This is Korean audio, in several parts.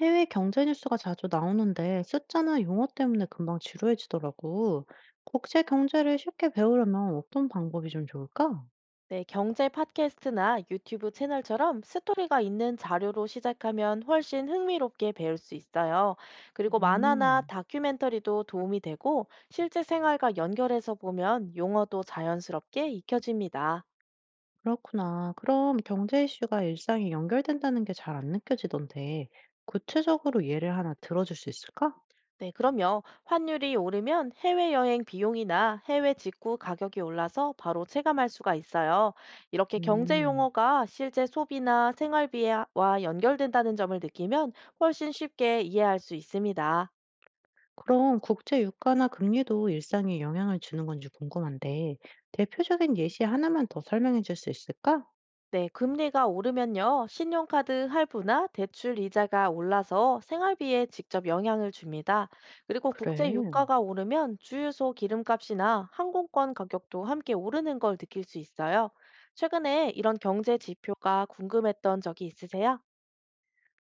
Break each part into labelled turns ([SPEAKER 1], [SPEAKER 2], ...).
[SPEAKER 1] 해외 경제 뉴스가 자주 나오는데 숫자나 용어 때문에 금방 지루해지더라고. 국제 경제를 쉽게 배우려면 어떤 방법이 좀 좋을까?
[SPEAKER 2] 네, 경제 팟캐스트나 유튜브 채널처럼 스토리가 있는 자료로 시작하면 훨씬 흥미롭게 배울 수 있어요. 그리고 만화나
[SPEAKER 1] 음,
[SPEAKER 2] 다큐멘터리도 도움이 되고 실제 생활과 연결해서 보면 용어도 자연스럽게 익혀집니다.
[SPEAKER 1] 그렇구나. 그럼 경제 이슈가 일상에 연결된다는 게 잘 안 느껴지던데 구체적으로 예를 하나 들어줄 수 있을까?
[SPEAKER 2] 네, 그럼요. 환율이 오르면 해외여행 비용이나 해외 직구 가격이 올라서 바로 체감할 수가 있어요. 이렇게 경제
[SPEAKER 1] 음,
[SPEAKER 2] 용어가 실제 소비나 생활비와 연결된다는 점을 느끼면 훨씬 쉽게 이해할 수 있습니다.
[SPEAKER 1] 그럼 국제 유가나 금리도 일상에 영향을 주는 건지 궁금한데 대표적인 예시 하나만 더 설명해 줄 수 있을까?
[SPEAKER 2] 네, 금리가 오르면요, 신용카드 할부나 대출 이자가 올라서 생활비에 직접 영향을 줍니다. 그리고 국제
[SPEAKER 1] 그래.
[SPEAKER 2] 유가가 오르면 주유소 기름값이나 항공권 가격도 함께 오르는 걸 느낄 수 있어요. 최근에 이런 경제 지표가 궁금했던 적이 있으세요?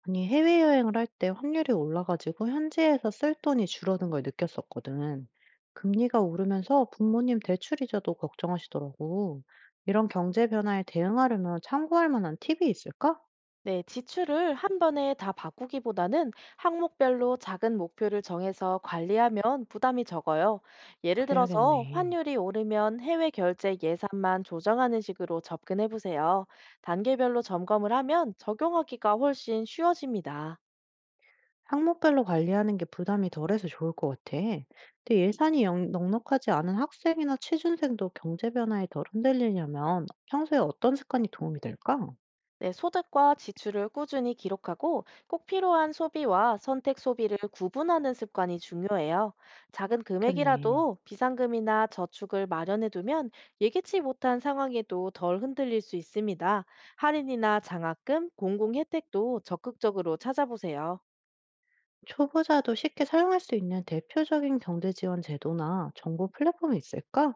[SPEAKER 1] 아니, 해외여행을 할 때 환율이 올라 가지고 현지에서 쓸 돈이 줄어든 걸 느꼈었거든. 금리가 오르면서 부모님 대출 이자도 걱정하시더라고. 이런 경제 변화에 대응하려면 참고할 만한 팁이 있을까?
[SPEAKER 2] 네, 지출을 한 번에 다 바꾸기보다는 항목별로 작은 목표를 정해서 관리하면 부담이 적어요. 예를 들어서
[SPEAKER 1] 그래야겠네.
[SPEAKER 2] 환율이 오르면 해외 결제 예산만 조정하는 식으로 접근해 보세요. 단계별로 점검을 하면 적용하기가 훨씬 쉬워집니다.
[SPEAKER 1] 항목별로 관리하는 게 부담이 덜해서 좋을 것 같아. 근데 예산이 넉넉하지 않은 학생이나 취준생도 경제 변화에 덜 흔들리려면 평소에 어떤 습관이 도움이 될까?
[SPEAKER 2] 네, 소득과 지출을 꾸준히 기록하고 꼭 필요한 소비와 선택 소비를 구분하는 습관이 중요해요. 작은
[SPEAKER 1] 좋겠네.
[SPEAKER 2] 금액이라도 비상금이나 저축을 마련해두면 예기치 못한 상황에도 덜 흔들릴 수 있습니다. 할인이나 장학금, 공공 혜택도 적극적으로 찾아보세요.
[SPEAKER 1] 초보자도 쉽게 사용할 수 있는 대표적인 경제 지원 제도나 정보 플랫폼이 있을까?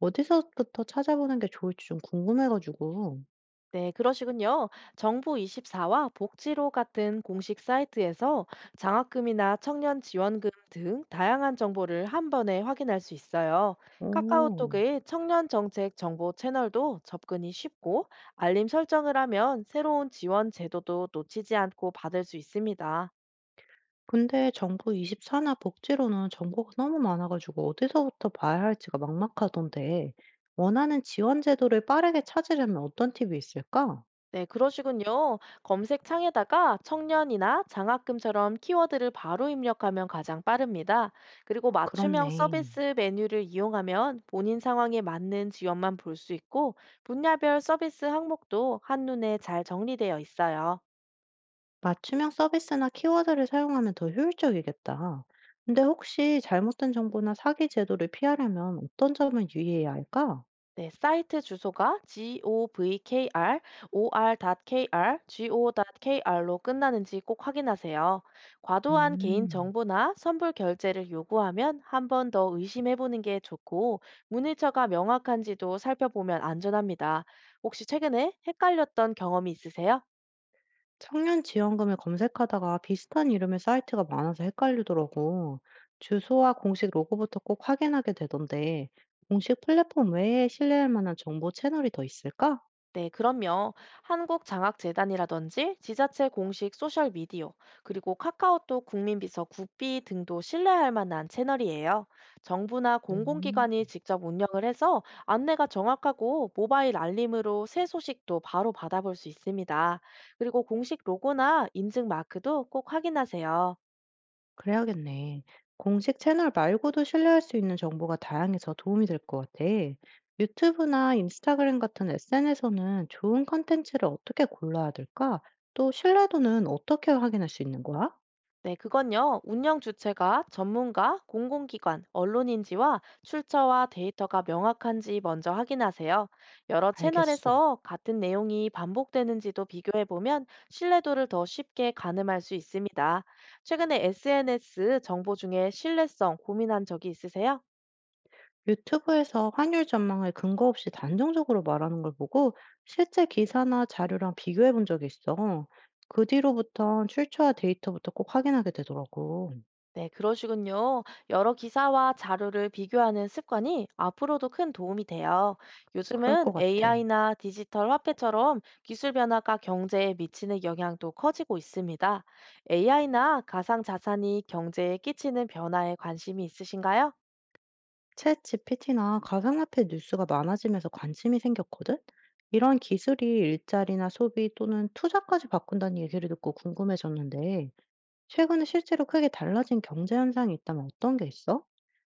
[SPEAKER 1] 어디서부터 찾아보는 게 좋을지 좀 궁금해가지고.
[SPEAKER 2] 네, 그러시군요. 정부24와 복지로 같은 공식 사이트에서 장학금이나 청년 지원금 등 다양한 정보를 한 번에 확인할 수 있어요.
[SPEAKER 1] 오,
[SPEAKER 2] 카카오톡의 청년 정책 정보 채널도 접근이 쉽고 알림 설정을 하면 새로운 지원 제도도 놓치지 않고 받을 수 있습니다.
[SPEAKER 1] 근데 정부 24나 복지로는 정보가 너무 많아가지고 어디서부터 봐야 할지가 막막하던데, 원하는 지원 제도를 빠르게 찾으려면 어떤 팁이 있을까?
[SPEAKER 2] 네, 그러시군요. 검색창에다가 청년이나 장학금처럼 키워드를 바로 입력하면 가장 빠릅니다. 그리고 맞춤형
[SPEAKER 1] 그렇네.
[SPEAKER 2] 서비스 메뉴를 이용하면 본인 상황에 맞는 지원만 볼 수 있고, 분야별 서비스 항목도 한눈에 잘 정리되어 있어요.
[SPEAKER 1] 맞춤형 서비스나 키워드를 사용하면 더 효율적이겠다. 근데 혹시 잘못된 정보나 사기 제도를 피하려면 어떤 점을 유의해야 할까?
[SPEAKER 2] 네, 사이트 주소가 govkr.or.kr, go.kr로 끝나는지 꼭 확인하세요. 과도한 개인
[SPEAKER 1] 음,
[SPEAKER 2] 정보나 선불 결제를 요구하면 한 번 더 의심해 보는 게 좋고, 문의처가 명확한지도 살펴보면 안전합니다. 혹시 최근에 헷갈렸던 경험이 있으세요?
[SPEAKER 1] 청년 지원금을 검색하다가 비슷한 이름의 사이트가 많아서 헷갈리더라고. 주소와 공식 로고부터 꼭 확인하게 되던데, 공식 플랫폼 외에 신뢰할 만한 정보 채널이 더 있을까?
[SPEAKER 2] 네, 그럼요. 한국장학재단이라든지 지자체 공식 소셜미디어, 그리고 카카오톡 국민비서 굿비 등도 신뢰할 만한 채널이에요. 정부나
[SPEAKER 1] 음.
[SPEAKER 2] 공공기관이 직접 운영을 해서 안내가 정확하고 모바일 알림으로 새 소식도 바로 받아볼 수 있습니다. 그리고 공식 로고나 인증 마크도 꼭 확인하세요.
[SPEAKER 1] 그래야겠네. 공식 채널 말고도 신뢰할 수 있는 정보가 다양해서 도움이 될 것 같아. 유튜브나 인스타그램 같은 SNS에서는 좋은 컨텐츠를 어떻게 골라야 될까? 또 신뢰도는 어떻게 확인할 수 있는 거야?
[SPEAKER 2] 네, 그건요. 운영 주체가 전문가, 공공기관, 언론인지와 출처와 데이터가 명확한지 먼저 확인하세요. 여러
[SPEAKER 1] 알겠어.
[SPEAKER 2] 채널에서 같은 내용이 반복되는지도 비교해보면 신뢰도를 더 쉽게 가늠할 수 있습니다. 최근에 SNS 정보 중에 신뢰성 고민한 적이 있으세요?
[SPEAKER 1] 유튜브에서 환율 전망을 근거 없이 단정적으로 말하는 걸 보고 실제 기사나 자료랑 비교해 본 적이 있어. 그 뒤로부턴 출처와 데이터부터 꼭 확인하게 되더라고.
[SPEAKER 2] 네, 그러시군요. 여러 기사와 자료를 비교하는 습관이 앞으로도 큰 도움이 돼요.
[SPEAKER 1] 그럴
[SPEAKER 2] 요즘은
[SPEAKER 1] 것 같아.
[SPEAKER 2] AI나 디지털 화폐처럼 기술 변화가 경제에 미치는 영향도 커지고 있습니다. AI나 가상 자산이 경제에 끼치는 변화에 관심이 있으신가요?
[SPEAKER 1] 챗지 PT 나 가상화폐 뉴스가 많아지면서 관심이 생겼거든? 이런 기술이 일자리나 소비 또는 투자까지 바꾼다는 얘기를 듣고 궁금해졌는데, 최근에 실제로 크게 달라진 경제 현상이 있다면 어떤 게 있어?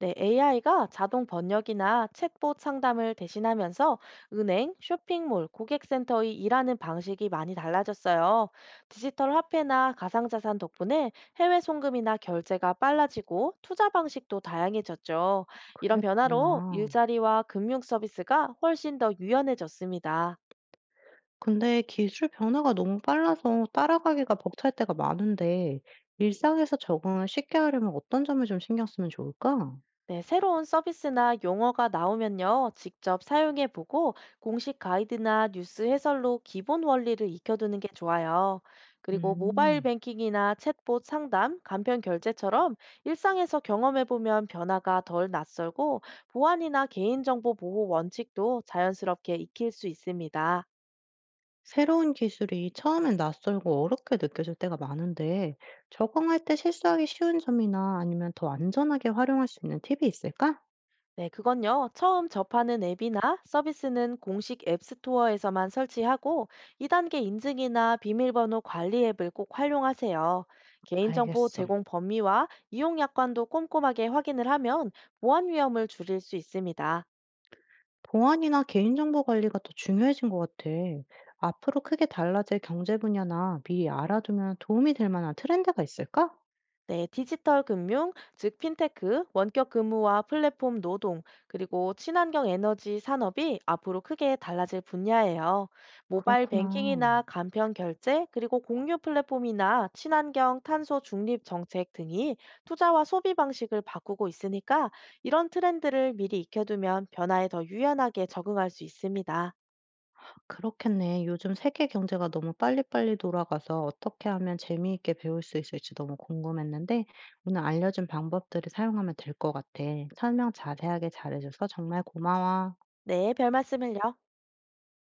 [SPEAKER 2] 네, AI가 자동 번역이나 챗봇 상담을 대신하면서 은행, 쇼핑몰, 고객센터의 일하는 방식이 많이 달라졌어요. 디지털 화폐나 가상자산 덕분에 해외 송금이나 결제가 빨라지고 투자 방식도 다양해졌죠. 이런 변화로
[SPEAKER 1] 그랬구나.
[SPEAKER 2] 일자리와 금융 서비스가 훨씬 더 유연해졌습니다.
[SPEAKER 1] 근데 기술 변화가 너무 빨라서 따라가기가 벅찰 때가 많은데, 일상에서 적응을 쉽게 하려면 어떤 점을 좀 신경 쓰면 좋을까?
[SPEAKER 2] 네, 새로운 서비스나 용어가 나오면요, 직접 사용해 보고 공식 가이드나 뉴스 해설로 기본 원리를 익혀두는 게 좋아요. 그리고 모바일
[SPEAKER 1] 음.
[SPEAKER 2] 뱅킹이나 챗봇 상담, 간편 결제처럼 일상에서 경험해 보면 변화가 덜 낯설고 보안이나 개인정보 보호 원칙도 자연스럽게 익힐 수 있습니다.
[SPEAKER 1] 새로운 기술이 처음엔 낯설고 어렵게 느껴질 때가 많은데, 적응할 때 실수하기 쉬운 점이나 아니면 더 안전하게 활용할 수 있는 팁이 있을까?
[SPEAKER 2] 네, 그건요. 처음 접하는 앱이나 서비스는 공식 앱 스토어에서만 설치하고 2단계 인증이나 비밀번호 관리 앱을 꼭 활용하세요. 개인정보
[SPEAKER 1] 알겠어. 음.
[SPEAKER 2] 제공 범위와 이용 약관도 꼼꼼하게 확인을 하면 보안 위험을 줄일 수 있습니다.
[SPEAKER 1] 보안이나 개인정보 관리가 더 중요해진 것 같아. 앞으로 크게 달라질 경제 분야나 미리 알아두면 도움이 될 만한 트렌드가 있을까?
[SPEAKER 2] 네, 디지털 금융, 즉 핀테크, 원격 근무와 플랫폼 노동, 그리고 친환경 에너지 산업이 앞으로 크게 달라질 분야예요. 모바일
[SPEAKER 1] 그렇구나.
[SPEAKER 2] 뱅킹이나 간편 결제, 그리고 공유 플랫폼이나 친환경 탄소 중립 정책 등이 투자와 소비 방식을 바꾸고 있으니까 이런 트렌드를 미리 익혀두면 변화에 더 유연하게 적응할 수 있습니다.
[SPEAKER 1] 그렇겠네. 요즘 세계 경제가 너무 빨리빨리 돌아가서 어떻게 하면 재미있게 배울 수 있을지 너무 궁금했는데, 오늘 알려준 방법들을 사용하면 될 것 같아. 설명 자세하게 잘해줘서 정말 고마워.
[SPEAKER 2] 네, 별 말씀을요.